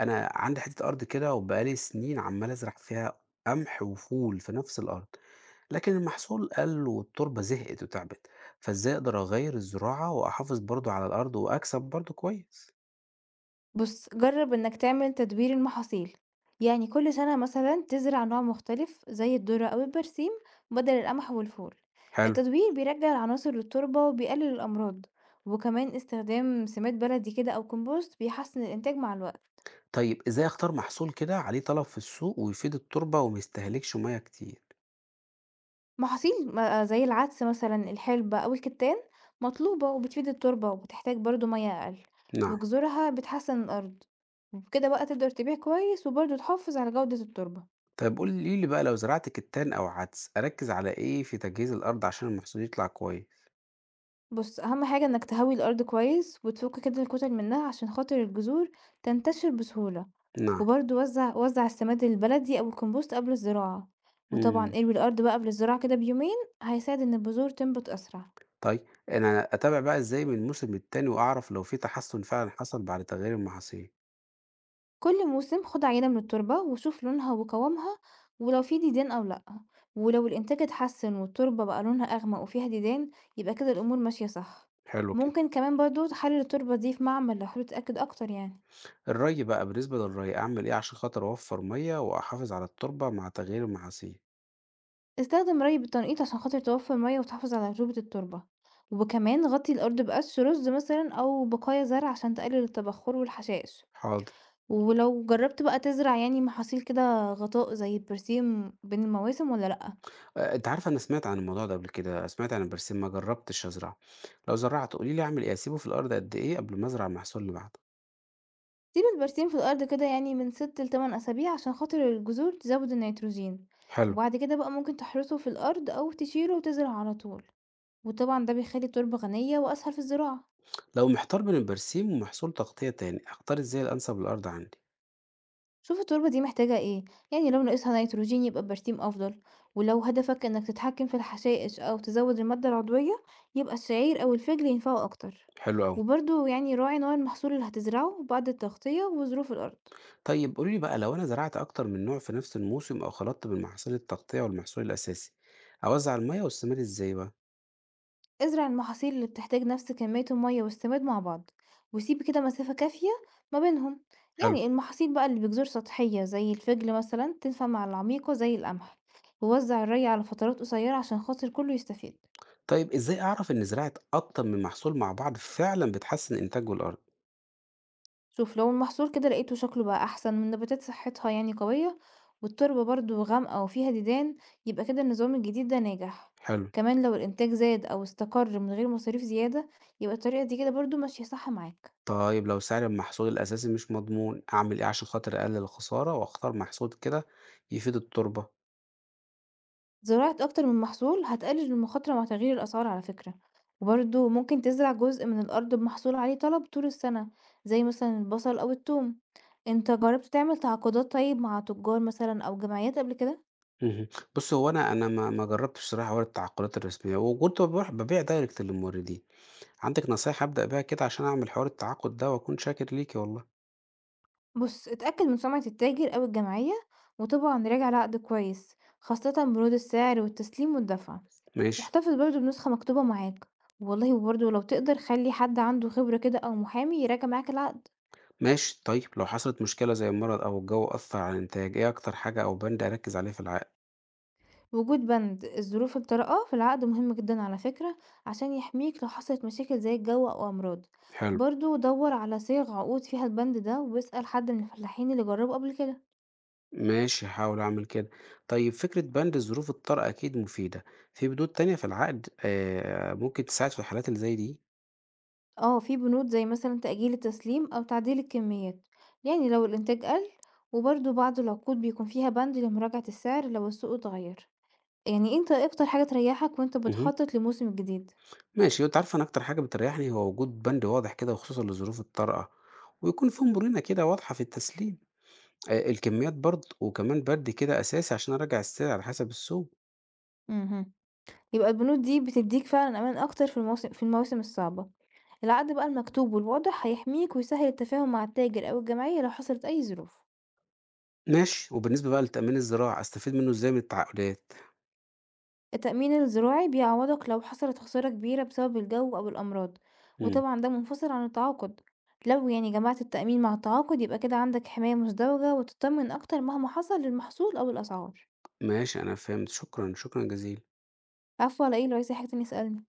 أنا عندي حتّة أرض كده وبقى لي سنين عمّال أزرع فيها قمح وفول في نفس الأرض، لكن المحصول قَل والتربة زهقت وتعبت، فإزاي أقدر أغيّر الزراعة وأحافظ برضه على الأرض وأكسب برضه كويس؟ بُص، جرّب إنك تعمل تدوير المحاصيل، يعني كل سنة مثلًا تزرع نوع مختلف زي الذرة أو البرسيم بدل القمح والفول. حلو. التدوير بيرجّع العناصر للتربة وبيقلل الأمراض، وكمان استخدام سماد بلدي كده أو compost بيحسّن الإنتاج مع الوقت. طيب إزاي أختار محصول كده عليه طلب في السوق ويفيد التربة وما يستهلكش مَيّة كتير؟ محاصيل م آه زي العدس مثلًا، الحلبة أو الكتان مطلوبة وبتفيد التربة وبتحتاج برضه مَيّة أقل، نعم. وجذورها بتحسّن الأرض، وبكده بقى تقدر تبيع كويس وبرضه تحافظ على جودة التربة. طيب قولي لي بقى لو زرعت كتان أو عدس أركّز على إيه في تجهيز الأرض عشان المحصول يطلع كويس؟ بُص، أهم حاجة إنك تهوي الأرض كويس وتفُك كده الكُتَل منها عشان خاطر الجذور تنتشر بسهولة، نعم. وبرضه وزّع السماد البلدي أو الكومبوست قبل الزراعة، وطبعًا إمم. اروي الأرض بقى قبل الزراعة كده بيومين، هيساعد إن البذور تنبت أسرع. طيب أنا أتابع بقى إزاي من الموسم للتاني وأعرف لو في تحسن فعلًا حصل بعد تغيير المحاصيل؟ كل موسم خُد عينة من التربة وشوف لونها وقوامها ولو في ديدان أو لأ، ولو الإنتاج اتحسن والتربة بقى لونها أغمق وفيها ديدان يبقى كده الأمور ماشية صح. حلو كده. ممكن كمان برضه تحلل التربة دي في معمل لو حابب تتأكد أكتر يعني. الري بقى، بالنسبة للري أعمل إيه عشان خاطر أوفّر مَيّة وأحافظ على التربة مع تغيير المحاصيل؟ استخدم ري بالتنقيط عشان خاطر توفر مية وتحافظ على رطوبة التربة، وكمان غطي الأرض بقش رز مثلا أو بقايا زرع عشان تقلل التبخر والحشائش. حاضر. ولو جربت بقى تزرع يعني محاصيل كده غطاء زي البرسيم بين المواسم ولا لأ. أنتِ عارفة أنا سمعت عن الموضوع ده قبل كده، سمعت عن البرسيم ما جرّبتش أزرعه. لو زرعته قولي لي أعمل إيه، أسيبه في الأرض قد إيه قبل ما أزرع المحصول اللي بعده؟ سيب البرسيم في الأرض كده يعني من 6 لـ8 أسابيع عشان خاطر الجذور تزود النيتروجين، حلو. وبعد كده بقى ممكن تحرسه في الأرض أو تشيله وتزرع على طول. وطبعا ده بيخلي التربة غنية وأسهل في الزراعة. لو محتار بين البرسيم ومحصول تغطية تاني، أختار إزاي الأنسب للأرض عندي؟ شوف التربة دي محتاجة ايه، يعني لو ناقصها نيتروجين يبقى البرسيم أفضل، ولو هدفك انك تتحكم في الحشائش أو تزود المادة العضوية يبقى الشعير أو الفجل ينفعوا أكتر. حلو أوي. وبرضه يعني راعي نوع المحصول اللي هتزرعه بعد التغطية وظروف الأرض. طيب قولي لي بقى لو أنا زرعت أكتر من نوع في نفس الموسم أو خلطت بين محاصيل التغطية والمحصول الأساسي أوزع المية والسماد إزاي بقى؟ ازرع المحاصيل اللي بتحتاج نفس كمية المية والسماد مع بعض، وسيب كده مسافة كافية ما بينهم. حلو. يعني المحاصيل بقى اللي بجذور سطحية زي الفجل مثلا تنفع مع العميقة زي القمح، ووزع الري على فترات قصيرة عشان خاطر كله يستفيد. طيب إزاي أعرف إن زراعة أكتر من محصول مع بعض فعلا بتحسن إنتاج الأرض؟ شوف لو المحصول كده لقيته شكله بقى أحسن والنباتات صحتها يعني قوية، والتربة برضو غامقة وفيها ديدان، يبقى كده النظام الجديد ده ناجح. حلو. كمان لو الإنتاج زاد أو استقر من غير مصاريف زيادة يبقى الطريقة دي كده برضو ماشية صح معاك. طيب لو سعر المحصول الأساسي مش مضمون أعمل إيه عشان خاطر أقلل الخسارة وأختار محصول كده يفيد التربة؟ زراعة أكتر من محصول هتقلل المخاطرة مع تغيير الأسعار على فكرة، وبرضو ممكن تزرع جزء من الأرض بمحصول عليه طلب طول السنة زي مثلا البصل أو الثوم. انت جربت تعمل تعاقدات طيب مع تجار مثلا أو جمعيات قبل كده؟ مهم. بص، هو أنا ما جربتش صراحة ولا التعاقدات الرسمية، وكنت بروح ببيع دايركت للموردين. عندك نصايح أبدأ بيها كده عشان أعمل حوار التعاقد ده؟ وأكون شاكر ليكي والله. بُص، اتأكد من سمعة التاجر أو الجمعية، وطبعًا راجع العقد كويس، خاصةً بنود السعر والتسليم والدفع، ماشي. واحتفظ برضه بنسخة مكتوبة معاك، والله وبرضه لو تقدر خلّي حد عنده خبرة كده أو محامي يراجع معاك العقد. ماشي، طيب لو حصلت مشكلة زي المرض أو الجو أثر على الإنتاج إيه أكتر حاجة أو بند أركز عليه في العقد؟ وجود بند الظروف الطارئة في العقد مهم جدًا على فكرة، عشان يحميك لو حصلت مشاكل زي الجو أو أمراض، حلو. برضه دَوّر على صيغ عقود فيها البند ده، واسأل حد من الفلاحين اللي جربوا قبل كده. ماشي، هحاول أعمل كده. طيب فكرة بند ظروف الطارئة أكيد مفيدة، في بنود تانية في العقد آه ممكن تساعد في الحالات اللي زي دي؟ آه، في بنود زي مثلًا تأجيل التسليم أو تعديل الكميات، يعني لو الإنتاج قل، وبرضه بعض العقود بيكون فيها بند لمراجعة السعر لو السوق اتغير. يعني أنت إيه أكتر حاجة تريحك وأنت مهم. بتخطط للموسم الجديد؟ ماشي، وأنت عارف أنا أكتر حاجة بتريحني هو وجود بند واضح كده وخصوصا لظروف الطارئة، ويكون في مرونة كده واضحة في التسليم، آه الكميات برضه، وكمان بند كده أساسي عشان أراجع السعر على حسب السوق. اهم. يبقى البنود دي بتديك فعلًا أمان أكتر في في المواسم الصعبة، العقد بقى المكتوب والواضح هيحميك ويسهل التفاهم مع التاجر أو الجمعية لو حصلت أي ظروف. ماشي، وبالنسبة بقى للتأمين الزراعي أستفيد منه إزاي من التعاقدات؟ التأمين الزراعي بيعوضك لو حصلت خسارة كبيرة بسبب الجو أو الأمراض، مم. وطبعا ده منفصل عن التعاقد. لو يعني جمعت التأمين مع التعاقد يبقى كده عندك حماية مزدوجة وتطمن أكتر مهما حصل للمحصول أو الأسعار. ماشي، أنا فهمت، شكرًا، شكرًا جزيلًا. عفوا، على ايه، لو عايزة حاجة تانية اسألني.